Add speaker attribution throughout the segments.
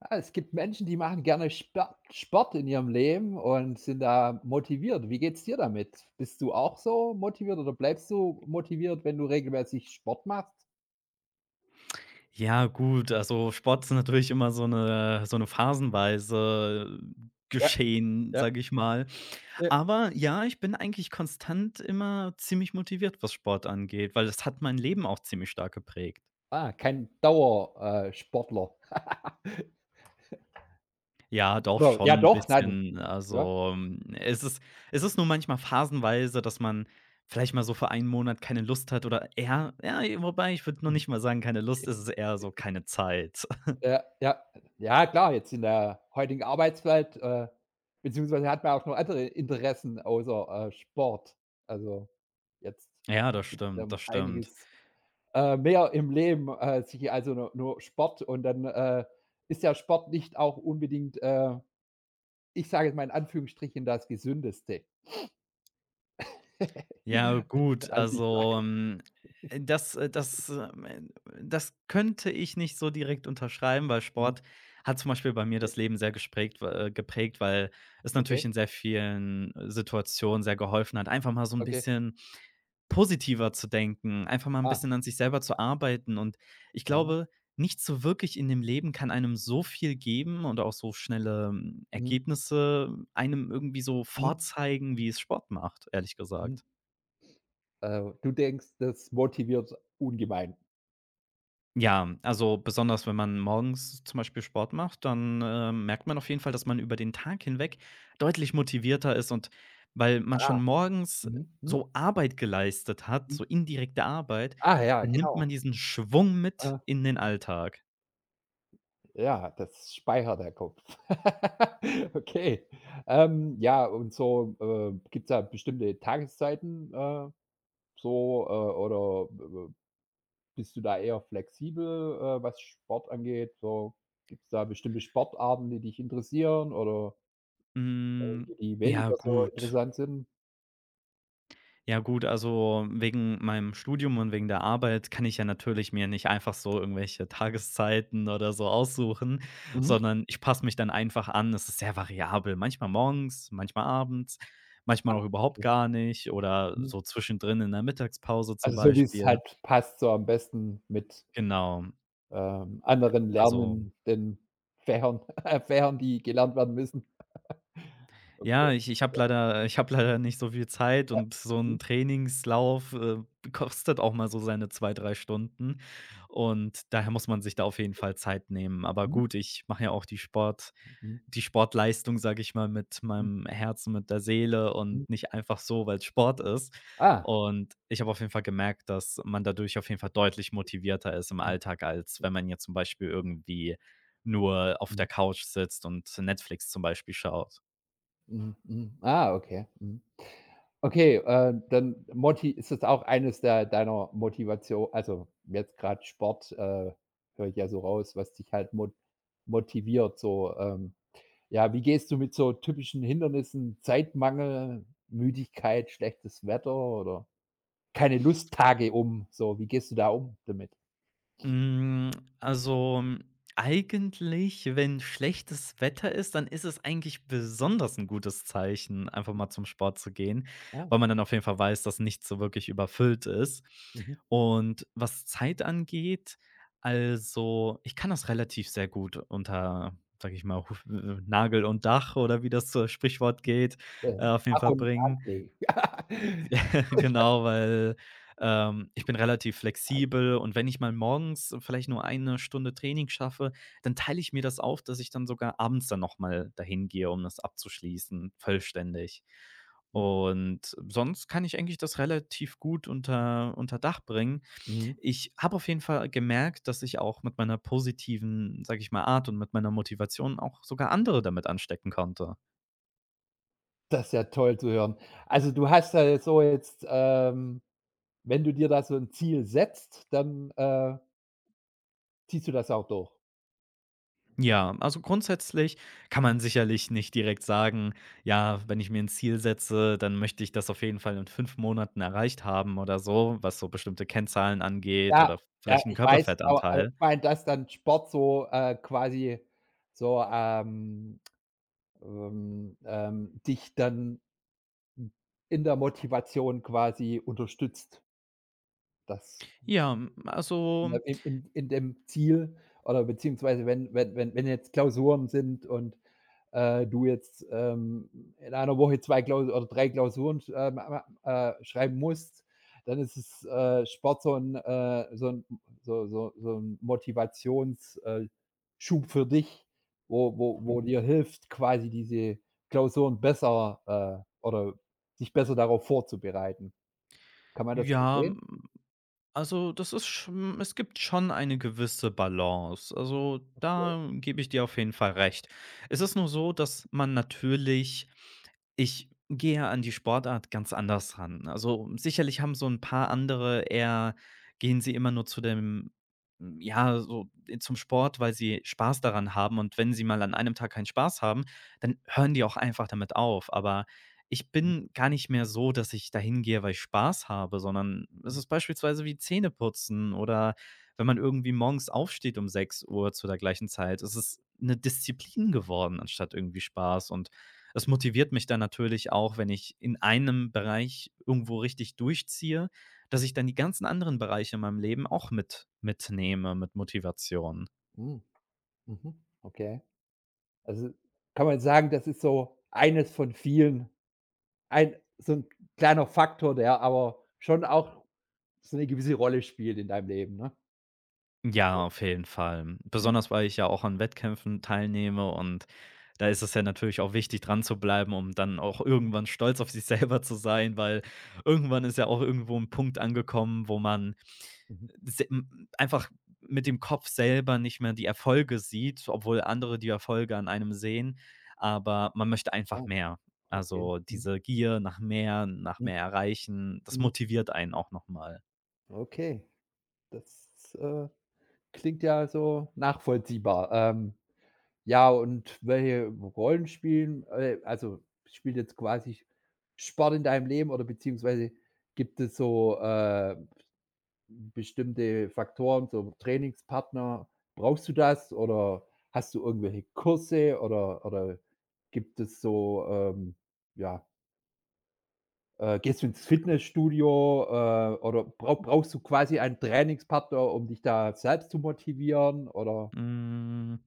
Speaker 1: Ah, es gibt Menschen, die machen gerne Spa Sport in ihrem Leben und sind da motiviert. Wie geht's dir damit? Bist du auch so motiviert oder bleibst du motiviert, wenn du regelmäßig Sport machst?
Speaker 2: Ja, gut, also Sport ist natürlich immer so eine phasenweise
Speaker 1: Ja,
Speaker 2: Geschehen,
Speaker 1: ja,
Speaker 2: sage ich mal.
Speaker 1: ja.
Speaker 2: Aber ja, ich bin eigentlich konstant immer ziemlich motiviert, was Sport angeht, weil das hat mein Leben auch ziemlich stark geprägt.
Speaker 1: Ah, kein Dauer Sportler.
Speaker 2: Ja, doch
Speaker 1: Oder ja
Speaker 2: schon ein
Speaker 1: doch, nein,
Speaker 2: bisschen.
Speaker 1: ja.
Speaker 2: Also, es ist nur manchmal phasenweise, dass man vielleicht mal so für einen Monat keine Lust hat oder eher ja, wobei ich würde noch
Speaker 1: Mhm.
Speaker 2: nicht mal sagen, keine Lust, es ist eher so keine Zeit.
Speaker 1: Ja, ja. Ja klar, jetzt in der heutigen Arbeitswelt, beziehungsweise hat man auch noch andere Interessen außer Sport. Also, jetzt,
Speaker 2: Ja, das stimmt, das stimmt.
Speaker 1: einiges mehr im Leben als hier, also nur Sport. Und dann, ist ja Sport nicht auch unbedingt, ich sage jetzt mal, in Anführungsstrichen, das Gesündeste.
Speaker 2: Ja, gut,
Speaker 1: Als ich
Speaker 2: also,
Speaker 1: sage
Speaker 2: äh, das äh, das, ähm, das könnte ich nicht so direkt unterschreiben, weil
Speaker 1: mhm,
Speaker 2: Sport hat zum Beispiel bei mir
Speaker 1: okay,
Speaker 2: das Leben sehr gesprägt geprägt, weil es natürlich
Speaker 1: okay,
Speaker 2: in sehr vielen Situationen sehr geholfen hat, einfach mal so ein
Speaker 1: okay.
Speaker 2: bisschen positiver zu denken, einfach mal ein
Speaker 1: Ah,
Speaker 2: bisschen an sich selber zu arbeiten. Und ich
Speaker 1: ja,
Speaker 2: glaube, nichts so wirklich in dem Leben kann einem so viel geben und auch so schnelle,
Speaker 1: mhm,
Speaker 2: Ergebnisse einem irgendwie so
Speaker 1: mhm,
Speaker 2: vorzeigen, wie es Sport macht, ehrlich
Speaker 1: mhm.
Speaker 2: gesagt.
Speaker 1: Du denkst, das motiviert ungemein.
Speaker 2: Ja, also besonders wenn man morgens zum Beispiel Sport macht, dann, merkt man auf jeden Fall, dass man über den Tag hinweg deutlich motivierter ist und weil man
Speaker 1: Ah,
Speaker 2: schon morgens
Speaker 1: mhm, mhm,
Speaker 2: so Arbeit geleistet hat,
Speaker 1: mhm.
Speaker 2: so indirekte Arbeit,
Speaker 1: Ah ja,
Speaker 2: dann nimmt
Speaker 1: genau.
Speaker 2: man diesen Schwung mit
Speaker 1: Ah,
Speaker 2: in den Alltag.
Speaker 1: ja, das speichert der Kopf. Okay. Ja, und so, gibt es da bestimmte Tageszeiten, oder, äh, bist du da eher flexibel, was Sport angeht? So, gibt es da bestimmte Sportarten, die dich interessieren oder,
Speaker 2: Hm,
Speaker 1: die
Speaker 2: ja
Speaker 1: weniger so
Speaker 2: gut.
Speaker 1: interessant sind?
Speaker 2: Ja gut, also wegen meinem Studium und wegen der Arbeit kann ich ja natürlich mir nicht einfach so irgendwelche Tageszeiten oder so aussuchen,
Speaker 1: Mhm.
Speaker 2: sondern ich passe mich dann einfach an. Es ist sehr variabel. Manchmal morgens, manchmal abends,
Speaker 1: Ah,
Speaker 2: manchmal auch überhaupt
Speaker 1: okay.
Speaker 2: gar nicht oder
Speaker 1: Mhm.
Speaker 2: so zwischendrin in der Mittagspause zum
Speaker 1: Also, so wie es
Speaker 2: Beispiel.
Speaker 1: halt passt, so am besten mit,
Speaker 2: Genau.
Speaker 1: anderen
Speaker 2: Also
Speaker 1: lernenden Fächern Fächern, die gelernt werden müssen.
Speaker 2: ja, ich habe leider nicht so viel Zeit
Speaker 1: Ja.
Speaker 2: und so ein
Speaker 1: Mhm.
Speaker 2: Trainingslauf, kostet auch mal so seine 2, 3 Stunden und daher muss man sich da auf jeden Fall Zeit nehmen. Aber
Speaker 1: Mhm.
Speaker 2: gut, ich mache ja auch
Speaker 1: Mhm.
Speaker 2: die Sportleistung, sage ich mal, mit meinem Herzen, mit der Seele
Speaker 1: Mhm.
Speaker 2: und nicht einfach so, weil es Sport ist.
Speaker 1: Ah.
Speaker 2: Und ich habe auf jeden Fall gemerkt, dass man dadurch auf jeden Fall deutlich motivierter ist im
Speaker 1: Mhm.
Speaker 2: Alltag, als wenn man jetzt zum Beispiel irgendwie nur auf
Speaker 1: Mhm.
Speaker 2: der Couch sitzt und Netflix zum Beispiel schaut.
Speaker 1: Mhm. Mhm. Ah, okay. Mhm. Okay, dann Moti ist es auch eines der deiner Motivation, also jetzt gerade Sport, höre ich ja so raus, was dich halt motiviert so. Ja, wie gehst du mit so typischen Hindernissen, Zeitmangel, Müdigkeit, schlechtes Wetter oder keine Lust Tage um, so, wie gehst du da um damit?
Speaker 2: Hm, also, eigentlich, wenn schlechtes Wetter ist, dann ist es eigentlich besonders ein gutes Zeichen, einfach mal zum Sport zu gehen,
Speaker 1: Ja,
Speaker 2: weil man dann auf jeden Fall weiß, dass nichts so wirklich überfüllt ist.
Speaker 1: mhm.
Speaker 2: Und was Zeit angeht, also, ich kann das relativ sehr gut unter, sage ich mal, Huf Nagel und Dach oder wie das, so Sprichwort geht,
Speaker 1: Mhm.
Speaker 2: auf jeden
Speaker 1: Ach
Speaker 2: Fall
Speaker 1: und
Speaker 2: bringen.
Speaker 1: Anleg.
Speaker 2: Genau, weil, ich bin relativ flexibel und wenn ich mal morgens vielleicht nur 1 Stunde Training schaffe, dann teile ich mir das auf, dass ich dann sogar abends dann noch mal dahin gehe, um das abzuschließen, vollständig. Und sonst kann ich eigentlich das relativ gut unter Dach bringen.
Speaker 1: Mhm.
Speaker 2: Ich habe auf jeden Fall gemerkt, dass ich auch mit meiner positiven, sage ich mal, Art und mit meiner Motivation auch sogar andere damit anstecken konnte.
Speaker 1: Das ist ja toll zu hören. Also, du hast ja so jetzt, ähm. Wenn du dir da so 'n Ziel setzt, dann, ziehst du das auch durch.
Speaker 2: Ja, also grundsätzlich kann man sicherlich nicht direkt sagen: „Ja, wenn ich mir ein Ziel setze, dann möchte ich das auf jeden Fall in 5 Monaten erreicht haben“ oder so, was so bestimmte Kennzahlen angeht
Speaker 1: Ja,
Speaker 2: oder
Speaker 1: ja,
Speaker 2: vielleicht einen
Speaker 1: ich weiß, aber
Speaker 2: Körperfettanteil.
Speaker 1: ich meine, dass dann Sport so, quasi so, dich dann in der Motivation quasi unterstützt. Das
Speaker 2: Ja, also
Speaker 1: in in dem Ziel oder beziehungsweise, wenn jetzt Klausuren sind und du jetzt, in einer Woche 2 Klausu oder 3 Klausuren schreiben musst, dann ist es, Sport so ein 'n Motivations- Schub für dich, wo dir hilft, quasi diese Klausuren besser, oder sich besser darauf vorzubereiten. Kann man das so
Speaker 2: Ja,
Speaker 1: sehen?
Speaker 2: hm, also das ist schon es gibt schon eine gewisse Balance. Also,
Speaker 1: Okay.
Speaker 2: da gebe ich dir auf jeden Fall recht. Es ist nur so, dass man natürlich, ich gehe ja an die Sportart ganz anders ran. Also, sicherlich haben so ein paar andere eher gehen sie immer nur zu dem, ja, so zum Sport, weil sie Spaß daran haben und wenn sie mal an einem Tag keinen Spaß haben, dann hören die auch einfach damit auf. Aber ich bin gar nicht mehr so, dass ich dahin gehe, weil ich Spaß habe, sondern es ist beispielsweise wie Zähneputzen oder wenn man irgendwie morgens aufsteht um 6 Uhr zu der gleichen Zeit. Es ist eine Disziplin geworden anstatt irgendwie Spaß und es motiviert mich dann natürlich auch, wenn ich in einem Bereich irgendwo richtig durchziehe, dass ich dann die ganzen anderen Bereiche in meinem Leben auch mitnehme mit Motivation.
Speaker 1: Hm, mhm, okay. Also, kann man sagen, das ist so eines von vielen. Ein so 'n Kleiner Faktor, der aber schon auch so 'ne gewisse Rolle spielt in deinem Leben, ne?
Speaker 2: Ja, auf jeden Fall.
Speaker 1: Mhm,
Speaker 2: Besonders, weil ich ja auch an Wettkämpfen teilnehme und da ist es ja natürlich auch wichtig, dran zu bleiben, um dann auch irgendwann stolz auf sich selber zu sein, weil irgendwann ist ja auch irgendwo ein Punkt angekommen, wo man
Speaker 1: mhm.
Speaker 2: se m einfach mit dem Kopf selber nicht mehr die Erfolge sieht, obwohl andere die Erfolge an einem sehen, aber man möchte einfach
Speaker 1: Ah,
Speaker 2: mehr.
Speaker 1: okay.
Speaker 2: Also,
Speaker 1: Mhm,
Speaker 2: diese Gier nach
Speaker 1: mhm,
Speaker 2: mehr erreichen, das
Speaker 1: mhm.
Speaker 2: motiviert einen auch nochmal.
Speaker 1: Okay, das, klingt ja so nachvollziehbar. Ja, und welche Rollen spielt jetzt quasi Sport in deinem Leben, oder beziehungsweise, gibt es so, äh. Bestimmte Faktoren, so Trainingspartner, brauchst du das? Oder hast du irgendwelche Kurse, oder gibt es so, ja, gehst du ins Fitnessstudio, oder brauchst du quasi einen Trainingspartner, um dich da selbst zu motivieren, oder
Speaker 2: Hm,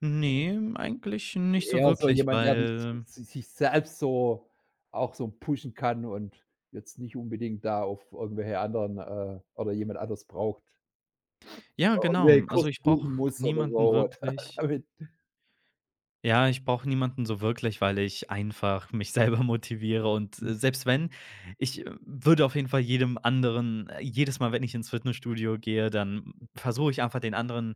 Speaker 2: ne, eigentlich nicht so
Speaker 1: eher so
Speaker 2: wirklich,
Speaker 1: jemand, der dich
Speaker 2: weil
Speaker 1: si sich selbst so auch so pushen kann und jetzt nicht unbedingt da auf irgendwelche anderen, oder jemand anders braucht?
Speaker 2: ja,
Speaker 1: Und wer
Speaker 2: genau.
Speaker 1: den Kurs
Speaker 2: Also, ich brauche
Speaker 1: buchen muss oder
Speaker 2: niemanden
Speaker 1: so,
Speaker 2: wirklich
Speaker 1: damit.
Speaker 2: Ja, ich brauche niemanden so wirklich, weil ich einfach mich selber motiviere und,
Speaker 1: Mhm.
Speaker 2: selbst wenn ich würde auf jeden Fall jedem anderen jedes Mal, wenn ich ins Fitnessstudio gehe, dann versuche ich einfach den anderen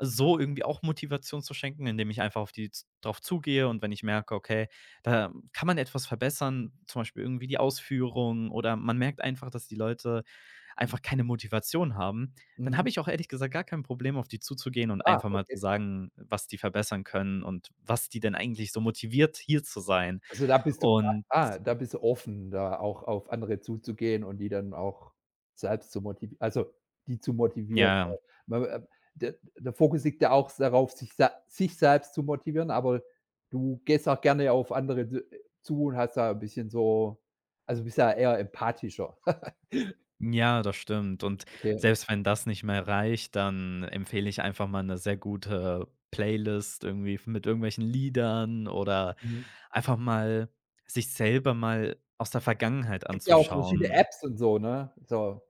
Speaker 2: so irgendwie auch Motivation zu schenken, indem ich einfach auf die z drauf zugehe und wenn ich merke, okay, da kann man etwas verbessern, zum Beispiel irgendwie die Ausführung oder man merkt einfach, dass die Leute einfach keine Motivation haben, dann habe
Speaker 1: Mhm.
Speaker 2: ich auch ehrlich gesagt gar kein Problem, auf die zuzugehen und
Speaker 1: Ah,
Speaker 2: einfach mal zu
Speaker 1: okay.
Speaker 2: sagen, was die verbessern können und was die denn eigentlich so motiviert, hier zu sein.
Speaker 1: Also, da bist du
Speaker 2: Und
Speaker 1: da bist du offen, da auch auf andere zuzugehen und die dann auch selbst zu motivieren, also die zu motivieren.
Speaker 2: ja,
Speaker 1: Weil weil, ähm, Der Fokus liegt ja auch darauf, sich se sich selbst zu motivieren, aber du gehst auch gerne auf andere zu, und hast da ein bisschen so, also bist ja eher empathischer.
Speaker 2: ja, das stimmt. Und
Speaker 1: Okay.
Speaker 2: selbst wenn das nicht mehr reicht, dann empfehle ich einfach mal eine sehr gute Playlist irgendwie mit irgendwelchen Liedern oder
Speaker 1: Mhm.
Speaker 2: einfach mal sich selber mal aus der Vergangenheit
Speaker 1: Gibt ja auch verschiedene
Speaker 2: anzuschauen.
Speaker 1: Apps und so, ne? So,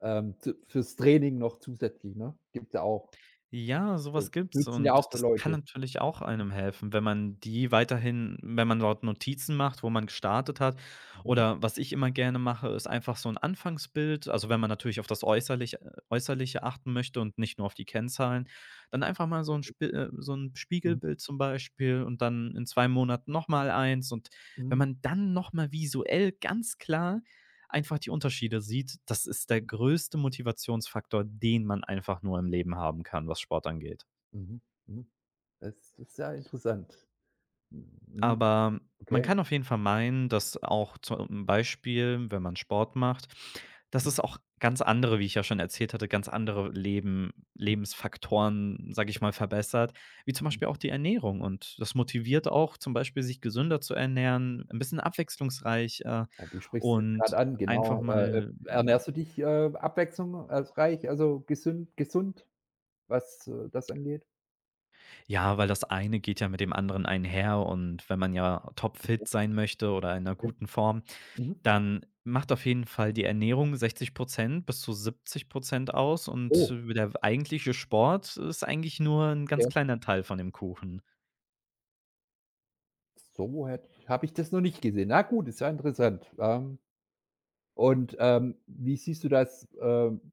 Speaker 1: zu fürs Training noch zusätzlich, ne? Gibt's ja auch.
Speaker 2: Ja,
Speaker 1: So,
Speaker 2: sowas gibt's
Speaker 1: nutzen ja
Speaker 2: und
Speaker 1: auch so
Speaker 2: das kann
Speaker 1: Leute.
Speaker 2: natürlich auch einem helfen, wenn man dort Notizen macht, wo man gestartet hat
Speaker 1: Mhm,
Speaker 2: oder was ich immer gerne mache, ist einfach so ein Anfangsbild. Also, wenn man natürlich auf das Äußerliche achten möchte und nicht nur auf die Kennzahlen, dann einfach mal so 'n
Speaker 1: mhm,
Speaker 2: Spiegelbild zum Beispiel und dann in 2 Monaten nochmal eins und wenn
Speaker 1: mhm,
Speaker 2: man dann nochmal visuell ganz klar einfach die Unterschiede sieht, das ist der größte Motivationsfaktor, den man einfach nur im Leben haben kann, was Sport angeht.
Speaker 1: mhm, mhm. Das ist ja interessant. Mhm,
Speaker 2: Aber man
Speaker 1: okay.
Speaker 2: kann auf jeden Fall meinen, dass auch zum Beispiel, wenn man Sport macht, dass
Speaker 1: Mhm,
Speaker 2: es auch ganz andere, wie ich ja schon erzählt hatte, ganz andere Lebensfaktoren, sage ich mal, verbessert, wie zum
Speaker 1: mhm.
Speaker 2: Beispiel auch die Ernährung. Und das motiviert auch zum Beispiel, sich gesünder zu ernähren, ein bisschen abwechslungsreich,
Speaker 1: Ja, du sprichst jetzt grad
Speaker 2: und
Speaker 1: an,
Speaker 2: einfach
Speaker 1: genau.
Speaker 2: mal.
Speaker 1: Ernährst du dich, abwechslungsreich, also gesünd gesund, was, das angeht?
Speaker 2: Ja, weil das eine geht ja mit dem anderen einher und wenn man ja
Speaker 1: Okay,
Speaker 2: topfit sein möchte oder in einer
Speaker 1: ja.
Speaker 2: guten Form,
Speaker 1: Mhm.
Speaker 2: dann macht auf jeden Fall die Ernährung 60 bis zu 70 aus und
Speaker 1: Oh,
Speaker 2: der eigentliche Sport ist eigentlich nur ein ganz
Speaker 1: okay.
Speaker 2: kleiner Teil von dem Kuchen.
Speaker 1: So hätt habe ich das noch nicht gesehen. Na gut, ist ja interessant. Ähm. Und, wie siehst du das?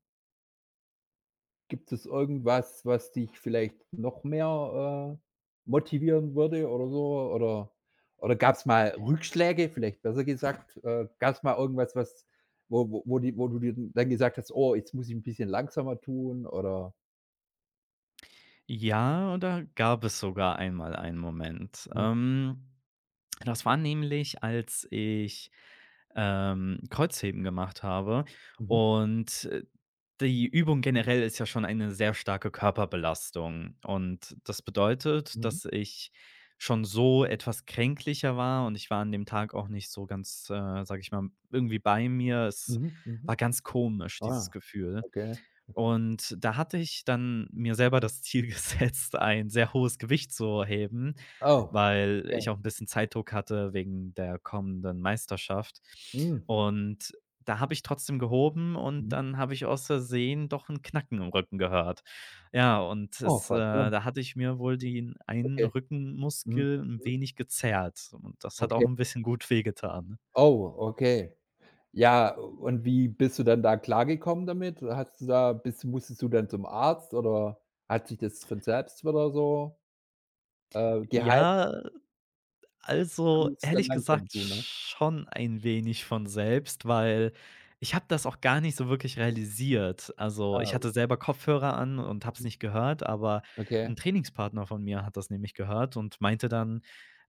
Speaker 1: Gibt es irgendwas, was dich vielleicht noch mehr, motivieren würde oder so? Oder gab es mal Rückschläge, vielleicht besser gesagt? Gab es mal irgendwas, was wo du dir dann gesagt hast: „Oh, jetzt muss ich ein bisschen langsamer tun“, oder
Speaker 2: Ja, da gab es sogar einmal einen Moment.
Speaker 1: mhm,
Speaker 2: Das war nämlich, als ich Kreuzheben gemacht habe.
Speaker 1: mhm,
Speaker 2: Und, die Übung generell ist ja schon eine sehr starke Körperbelastung. Und das bedeutet,
Speaker 1: mhm,
Speaker 2: dass ich schon so etwas kränklicher war und ich war an dem Tag auch nicht so ganz, sage ich mal, irgendwie bei mir. Es
Speaker 1: mhm, mhm.
Speaker 2: war ganz komisch, dieses
Speaker 1: Ah,
Speaker 2: Gefühl.
Speaker 1: okay.
Speaker 2: Und da hatte ich dann mir selber das Ziel gesetzt, ein sehr hohes Gewicht zu heben,
Speaker 1: Oh,
Speaker 2: weil
Speaker 1: okay.
Speaker 2: ich auch ein bisschen Zeitdruck hatte wegen der kommenden Meisterschaft.
Speaker 1: Mhm,
Speaker 2: Und da habe ich trotzdem gehoben und
Speaker 1: mhm.
Speaker 2: dann habe ich aus Versehen doch ein Knacken im Rücken gehört. Ja, und
Speaker 1: Oh,
Speaker 2: es
Speaker 1: verdammt,
Speaker 2: da hatte ich mir wohl den einen
Speaker 1: okay. Mhm,
Speaker 2: Rückenmuskel ein
Speaker 1: mhm,
Speaker 2: wenig gezerrt und das hat auch
Speaker 1: okay.
Speaker 2: ein bisschen gut wehgetan.
Speaker 1: Oh, okay. Ja, und wie bist du dann da klargekommen damit? Hast du da bist Musstest du dann zum Arzt, oder hat sich das von selbst wieder so, geheilt?
Speaker 2: Ja,
Speaker 1: Da
Speaker 2: also,
Speaker 1: musst du's dann
Speaker 2: ehrlich
Speaker 1: langsam
Speaker 2: gesagt
Speaker 1: tun, ne?
Speaker 2: schon ein wenig von selbst, weil ich habe das auch gar nicht so wirklich realisiert. Also, ich
Speaker 1: Ah,
Speaker 2: hatte selber Kopfhörer an und habe es
Speaker 1: mhm,
Speaker 2: nicht gehört, aber
Speaker 1: okay.
Speaker 2: ein Trainingspartner von mir hat das nämlich gehört und meinte dann,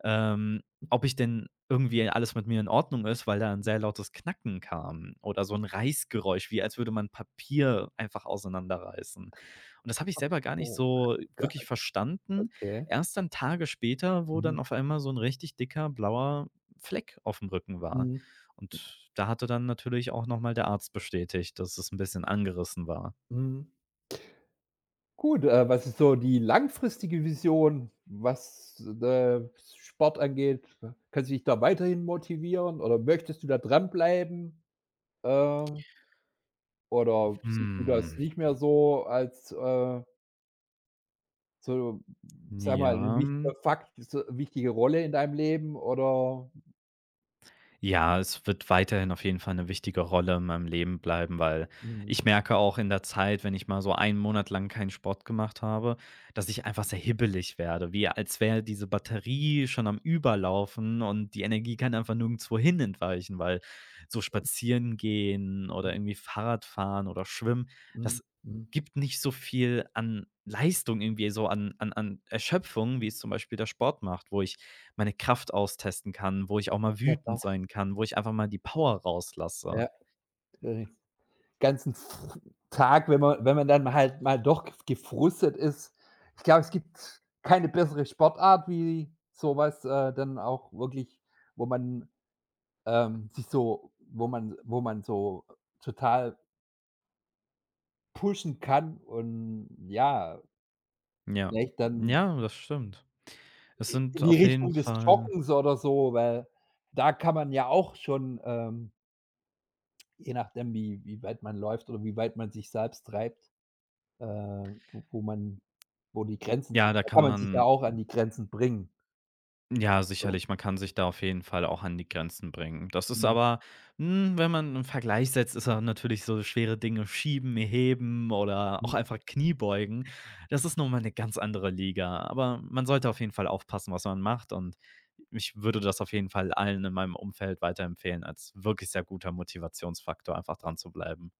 Speaker 2: ähm, ob ich denn irgendwie alles mit mir in Ordnung ist, weil da ein sehr lautes Knacken kam oder so ein Reißgeräusch, wie als würde man Papier einfach auseinanderreißen. Und das habe ich selber gar nicht
Speaker 1: Oh
Speaker 2: so wirklich
Speaker 1: Gott,
Speaker 2: verstanden.
Speaker 1: okay.
Speaker 2: Erst dann Tage später, wo
Speaker 1: Mhm,
Speaker 2: dann auf einmal so ein richtig dicker blauer Fleck auf dem Rücken war.
Speaker 1: mhm,
Speaker 2: Und da hatte dann natürlich auch noch mal der Arzt bestätigt, dass es ein bisschen angerissen war.
Speaker 1: mhm. Gut, was ist so die langfristige Vision, was, Sport angeht? Kannst du dich da weiterhin motivieren oder möchtest du da dranbleiben? Ähm, oder siehst du das
Speaker 2: Hm.
Speaker 1: nicht mehr so als, äh. So, sag mal, 'n
Speaker 2: Ja.
Speaker 1: wichtiger Fakt, so wichtige Rolle in deinem Leben oder.
Speaker 2: Ja, es wird weiterhin auf jeden Fall eine wichtige Rolle in meinem Leben bleiben, weil
Speaker 1: Mhm.
Speaker 2: ich merke auch in der Zeit, wenn ich mal so einen Monat lang keinen Sport gemacht habe, dass ich einfach sehr hibbelig werde, wie als wäre diese Batterie schon am Überlaufen und die Energie kann einfach nirgendwohin entweichen, weil so spazieren gehen oder
Speaker 1: Mhm.
Speaker 2: irgendwie Fahrrad fahren oder schwimmen,
Speaker 1: Mhm.
Speaker 2: das
Speaker 1: Mhm.
Speaker 2: gibt nicht so viel an Leistung irgendwie so an Erschöpfung, wie es zum Beispiel der Sport macht, wo ich meine Kraft austesten kann, wo ich auch mal
Speaker 1: Ja
Speaker 2: wütend
Speaker 1: klar,
Speaker 2: sein kann, wo ich einfach mal die Power rauslasse.
Speaker 1: ja, den ganzen F Tag, wenn man dann halt mal doch gefrustet ist. Ich glaube, es gibt keine bessere Sportart wie so was, dann auch wirklich, wo man, sich so wo man so total pushen kann und ja,
Speaker 2: Ja.
Speaker 1: vielleicht dann.
Speaker 2: Ja, das stimmt. Es
Speaker 1: In
Speaker 2: sind
Speaker 1: die
Speaker 2: auf jeden
Speaker 1: Richtung des
Speaker 2: Fall
Speaker 1: Joggens oder so, weil da kann man ja auch schon, je nachdem, wie weit man läuft oder wie weit man sich selbst treibt, wo man, wo die Grenzen
Speaker 2: ja,
Speaker 1: sind,
Speaker 2: da
Speaker 1: da
Speaker 2: kann
Speaker 1: kann man sich ja
Speaker 2: man
Speaker 1: auch an die Grenzen bringen.
Speaker 2: Ja,
Speaker 1: So.
Speaker 2: sicherlich, man kann sich da auf jeden Fall auch an die Grenzen bringen. Das ist
Speaker 1: Mhm,
Speaker 2: aber, wenn man einen Vergleich setzt, ist er natürlich so schwere Dinge schieben, heben oder auch
Speaker 1: mhm,
Speaker 2: einfach Kniebeugen. Das ist noch mal eine ganz andere Liga, aber man sollte auf jeden Fall aufpassen, was man macht und ich würde das auf jeden Fall allen in meinem Umfeld weiterempfehlen als wirklich sehr guter Motivationsfaktor, einfach dran zu bleiben.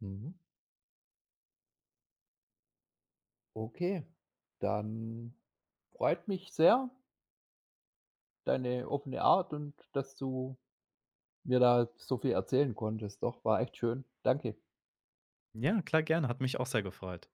Speaker 1: mhm. Okay, dann freut mich sehr, deine offene Art und dass du mir da so viel erzählen konntest. Doch, war echt schön. Danke.
Speaker 2: Ja, klar, gerne, hat mich auch sehr gefreut.